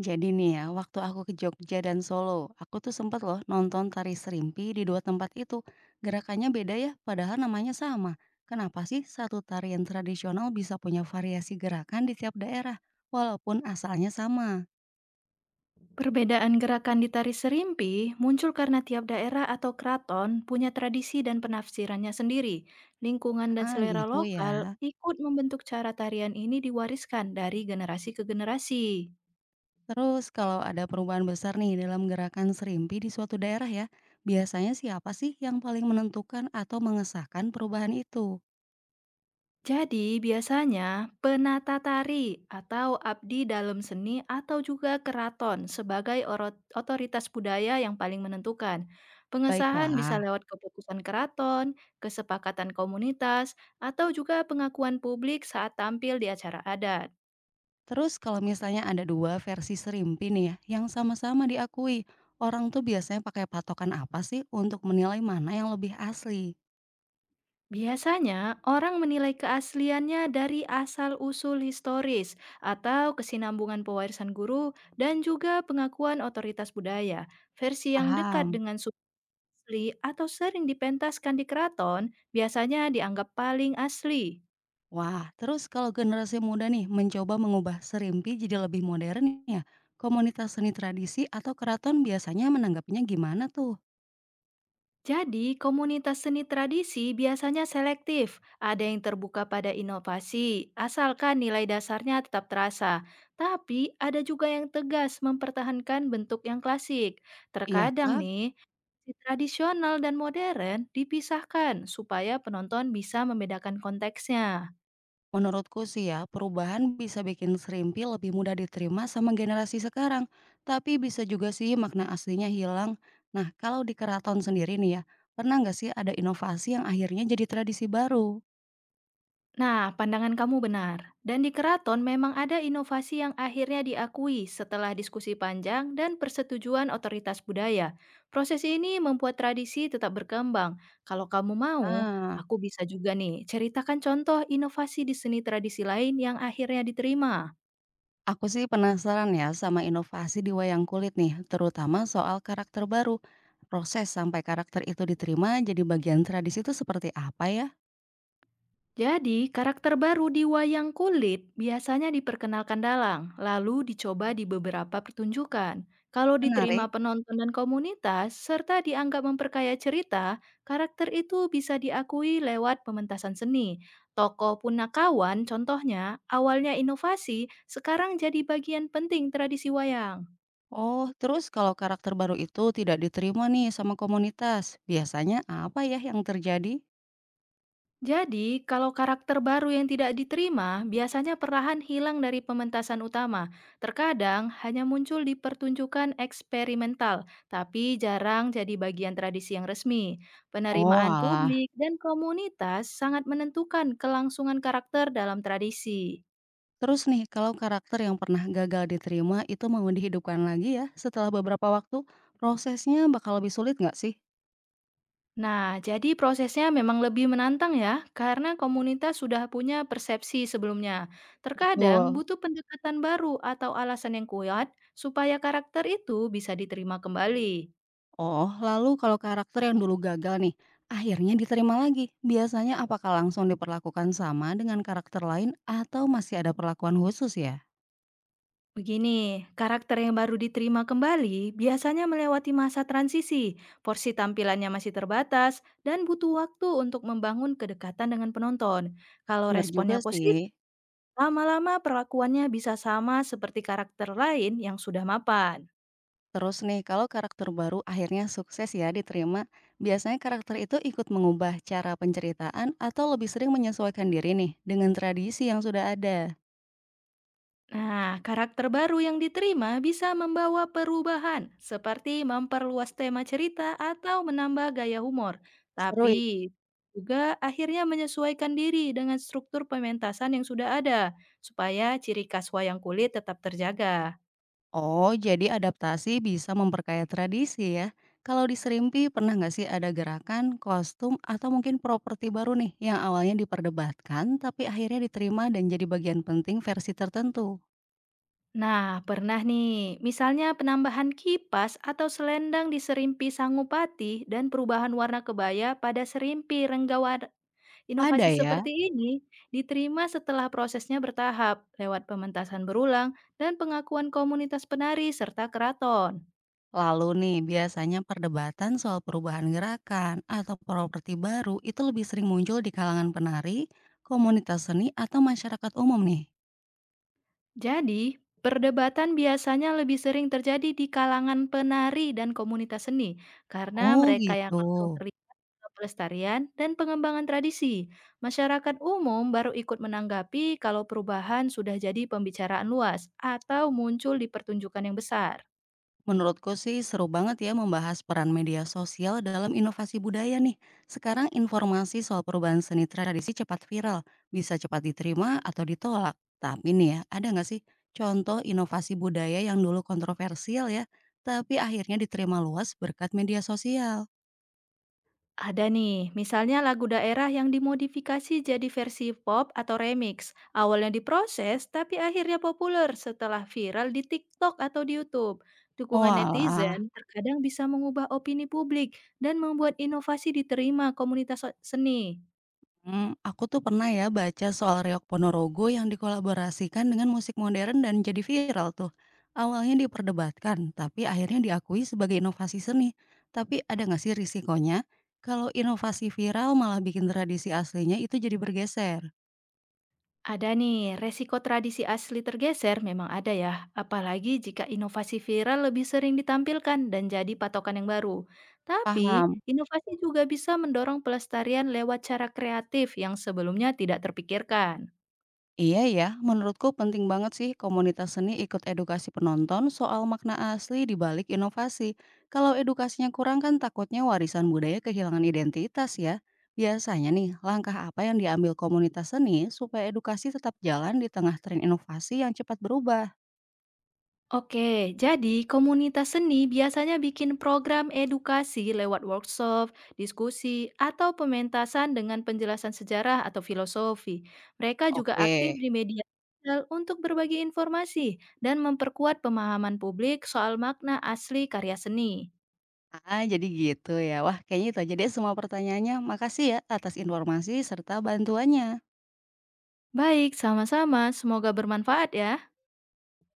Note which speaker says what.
Speaker 1: Jadi nih ya, waktu aku ke Jogja dan Solo, aku tuh sempet loh nonton tari serimpi di dua tempat itu. Gerakannya beda ya, padahal namanya sama. Kenapa sih satu tarian tradisional bisa punya variasi gerakan di tiap daerah, walaupun asalnya sama?
Speaker 2: Perbedaan gerakan di tari serimpi muncul karena tiap daerah atau keraton punya tradisi dan penafsirannya sendiri. Lingkungan dan
Speaker 1: Ah
Speaker 2: selera
Speaker 1: gitu ya.
Speaker 2: lokal ikut membentuk cara tarian ini diwariskan dari generasi ke generasi.
Speaker 1: Terus kalau ada perubahan besar nih dalam gerakan serimpi di suatu daerah ya, biasanya siapa sih yang paling menentukan atau mengesahkan perubahan itu?
Speaker 2: Jadi, biasanya penata tari atau abdi dalam seni atau juga keraton sebagai otoritas budaya yang paling menentukan. Pengesahan bisa
Speaker 1: Baiklah.
Speaker 2: lewat keputusan keraton, kesepakatan komunitas, atau juga pengakuan publik saat tampil di acara adat.
Speaker 1: Terus kalau misalnya ada 2 versi serimpi nih ya, yang sama-sama diakui, orang tuh biasanya pakai patokan apa sih untuk menilai mana yang lebih asli?
Speaker 2: Biasanya, orang menilai keasliannya dari asal-usul historis atau kesinambungan pewarisan guru dan juga pengakuan otoritas budaya versi yang dekat
Speaker 1: Paham?
Speaker 2: dengan asli atau sering dipentaskan di keraton biasanya dianggap paling asli.
Speaker 1: Wah, terus kalau generasi muda nih mencoba mengubah serimpi jadi lebih modern ya, komunitas seni tradisi atau keraton biasanya menanggapinya gimana tuh?
Speaker 2: Jadi, komunitas seni tradisi biasanya selektif, ada yang terbuka pada inovasi, asalkan nilai dasarnya tetap terasa. Tapi, ada juga yang tegas mempertahankan bentuk yang klasik.
Speaker 1: Iya
Speaker 2: Terkadang
Speaker 1: kah?
Speaker 2: nih, si tradisional dan modern dipisahkan supaya penonton bisa membedakan konteksnya.
Speaker 1: Menurutku sih ya, perubahan bisa bikin serimpi lebih mudah diterima sama generasi sekarang, tapi bisa juga sih makna aslinya hilang. Nah, kalau di keraton sendiri nih ya, pernah nggak sih ada inovasi yang akhirnya jadi tradisi baru?
Speaker 2: Nah, pandangan kamu benar. Dan di keraton memang ada inovasi yang akhirnya diakui setelah diskusi panjang dan persetujuan otoritas budaya. Proses ini membuat tradisi tetap berkembang. Kalau kamu mau,
Speaker 1: Ah,
Speaker 2: aku bisa juga nih ceritakan contoh inovasi di seni tradisi lain yang akhirnya diterima.
Speaker 1: aku sih penasaran ya sama inovasi di wayang kulit nih, terutama soal karakter baru. Proses sampai karakter itu diterima jadi bagian tradisi itu seperti apa ya?
Speaker 2: Jadi, karakter baru di wayang kulit biasanya diperkenalkan dalang, lalu dicoba di beberapa pertunjukan. Kalau
Speaker 1: Menarik.
Speaker 2: diterima penonton dan komunitas, serta dianggap memperkaya cerita, karakter itu bisa diakui lewat pementasan seni. Tokoh Punakawan, contohnya, awalnya inovasi, sekarang jadi bagian penting tradisi wayang.
Speaker 1: Oh, terus kalau karakter baru itu tidak diterima nih sama komunitas, biasanya apa ya yang terjadi?
Speaker 2: Jadi, kalau karakter baru yang tidak diterima, biasanya perlahan hilang dari pementasan utama. Terkadang hanya muncul di pertunjukan eksperimental, tapi jarang jadi bagian tradisi yang resmi.
Speaker 1: Oh,
Speaker 2: Penerimaan
Speaker 1: alah.
Speaker 2: publik dan komunitas sangat menentukan kelangsungan karakter dalam tradisi.
Speaker 1: Terus nih, kalau karakter yang pernah gagal diterima itu mau dihidupkan lagi ya setelah beberapa waktu, prosesnya bakal lebih sulit nggak sih?
Speaker 2: Nah, jadi prosesnya memang lebih menantang ya, karena komunitas sudah punya persepsi sebelumnya. Terkadang
Speaker 1: Betul.
Speaker 2: butuh pendekatan baru atau alasan yang kuat supaya karakter itu bisa diterima kembali.
Speaker 1: Oh, lalu kalau karakter yang dulu gagal nih, akhirnya diterima lagi. Biasanya apakah langsung diperlakukan sama dengan karakter lain atau masih ada perlakuan khusus ya?
Speaker 2: Begini, karakter yang baru diterima kembali biasanya melewati masa transisi, porsi tampilannya masih terbatas, dan butuh waktu untuk membangun kedekatan dengan penonton. Kalau
Speaker 1: Bener juga
Speaker 2: responnya
Speaker 1: sih.
Speaker 2: positif, lama-lama perlakuannya bisa sama seperti karakter lain yang sudah mapan.
Speaker 1: Terus nih, kalau karakter baru akhirnya sukses ya diterima, biasanya karakter itu ikut mengubah cara penceritaan atau lebih sering menyesuaikan diri nih dengan tradisi yang sudah ada.
Speaker 2: Nah, karakter baru yang diterima bisa membawa perubahan, seperti memperluas tema cerita atau menambah gaya humor.
Speaker 1: Seru
Speaker 2: Tapi
Speaker 1: ya?
Speaker 2: juga akhirnya menyesuaikan diri dengan struktur pementasan yang sudah ada, supaya ciri khas wayang kulit tetap terjaga.
Speaker 1: Oh, jadi adaptasi bisa memperkaya tradisi ya. Kalau di Serimpi, pernah nggak sih ada gerakan, kostum, atau mungkin properti baru nih yang awalnya diperdebatkan tapi akhirnya diterima dan jadi bagian penting versi tertentu?
Speaker 2: Nah, pernah nih, misalnya penambahan kipas atau selendang di serimpi sangupati dan perubahan warna kebaya pada serimpi renggawa.
Speaker 1: Ada
Speaker 2: Inovasi
Speaker 1: ya.
Speaker 2: seperti ini diterima setelah prosesnya bertahap lewat pementasan berulang dan pengakuan komunitas penari serta keraton.
Speaker 1: Lalu nih, biasanya perdebatan soal perubahan gerakan atau properti baru itu lebih sering muncul di kalangan penari, komunitas seni, atau masyarakat umum nih.
Speaker 2: Jadi, perdebatan biasanya lebih sering terjadi di kalangan penari dan komunitas seni karena
Speaker 1: Oh
Speaker 2: mereka yang
Speaker 1: gitu.
Speaker 2: langsung terlibat dalam pelestarian dan pengembangan tradisi. Masyarakat umum baru ikut menanggapi kalau perubahan sudah jadi pembicaraan luas atau muncul di pertunjukan yang besar.
Speaker 1: Menurutku sih seru banget ya membahas peran media sosial dalam inovasi budaya nih. Sekarang informasi soal perubahan seni tradisi cepat viral, bisa cepat diterima atau ditolak. Tapi nih ya, ada nggak sih contoh inovasi budaya yang dulu kontroversial ya, tapi akhirnya diterima luas berkat media sosial?
Speaker 2: Ada nih, misalnya lagu daerah yang dimodifikasi jadi versi pop atau remix. Awalnya diproses, tapi akhirnya populer setelah viral di TikTok atau di YouTube. Dukungan
Speaker 1: Oalah,
Speaker 2: netizen terkadang bisa mengubah opini publik dan membuat inovasi diterima komunitas seni.
Speaker 1: aku tuh pernah ya baca soal reog Ponorogo yang dikolaborasikan dengan musik modern dan jadi viral tuh. Awalnya diperdebatkan, tapi akhirnya diakui sebagai inovasi seni. Tapi ada nggak sih risikonya kalau inovasi viral malah bikin tradisi aslinya itu jadi bergeser?
Speaker 2: Ada nih, resiko tradisi asli tergeser memang ada ya, apalagi jika inovasi viral lebih sering ditampilkan dan jadi patokan yang baru. Tapi,
Speaker 1: Paham.
Speaker 2: inovasi juga bisa mendorong pelestarian lewat cara kreatif yang sebelumnya tidak terpikirkan.
Speaker 1: Iya ya, menurutku penting banget sih komunitas seni ikut edukasi penonton soal makna asli di balik inovasi. Kalau edukasinya kurang kan takutnya warisan budaya kehilangan identitas ya. Biasanya nih, langkah apa yang diambil komunitas seni supaya edukasi tetap jalan di tengah tren inovasi yang cepat berubah?
Speaker 2: Oke, jadi komunitas seni biasanya bikin program edukasi lewat workshop, diskusi, atau pementasan dengan penjelasan sejarah atau filosofi. Mereka juga
Speaker 1: Oke.
Speaker 2: aktif di media sosial untuk berbagi informasi dan memperkuat pemahaman publik soal makna asli karya seni.
Speaker 1: Ah, jadi gitu ya. Wah, kayaknya itu aja deh semua pertanyaannya. Makasih ya atas informasi serta bantuannya.
Speaker 2: Baik, sama-sama. Semoga bermanfaat ya.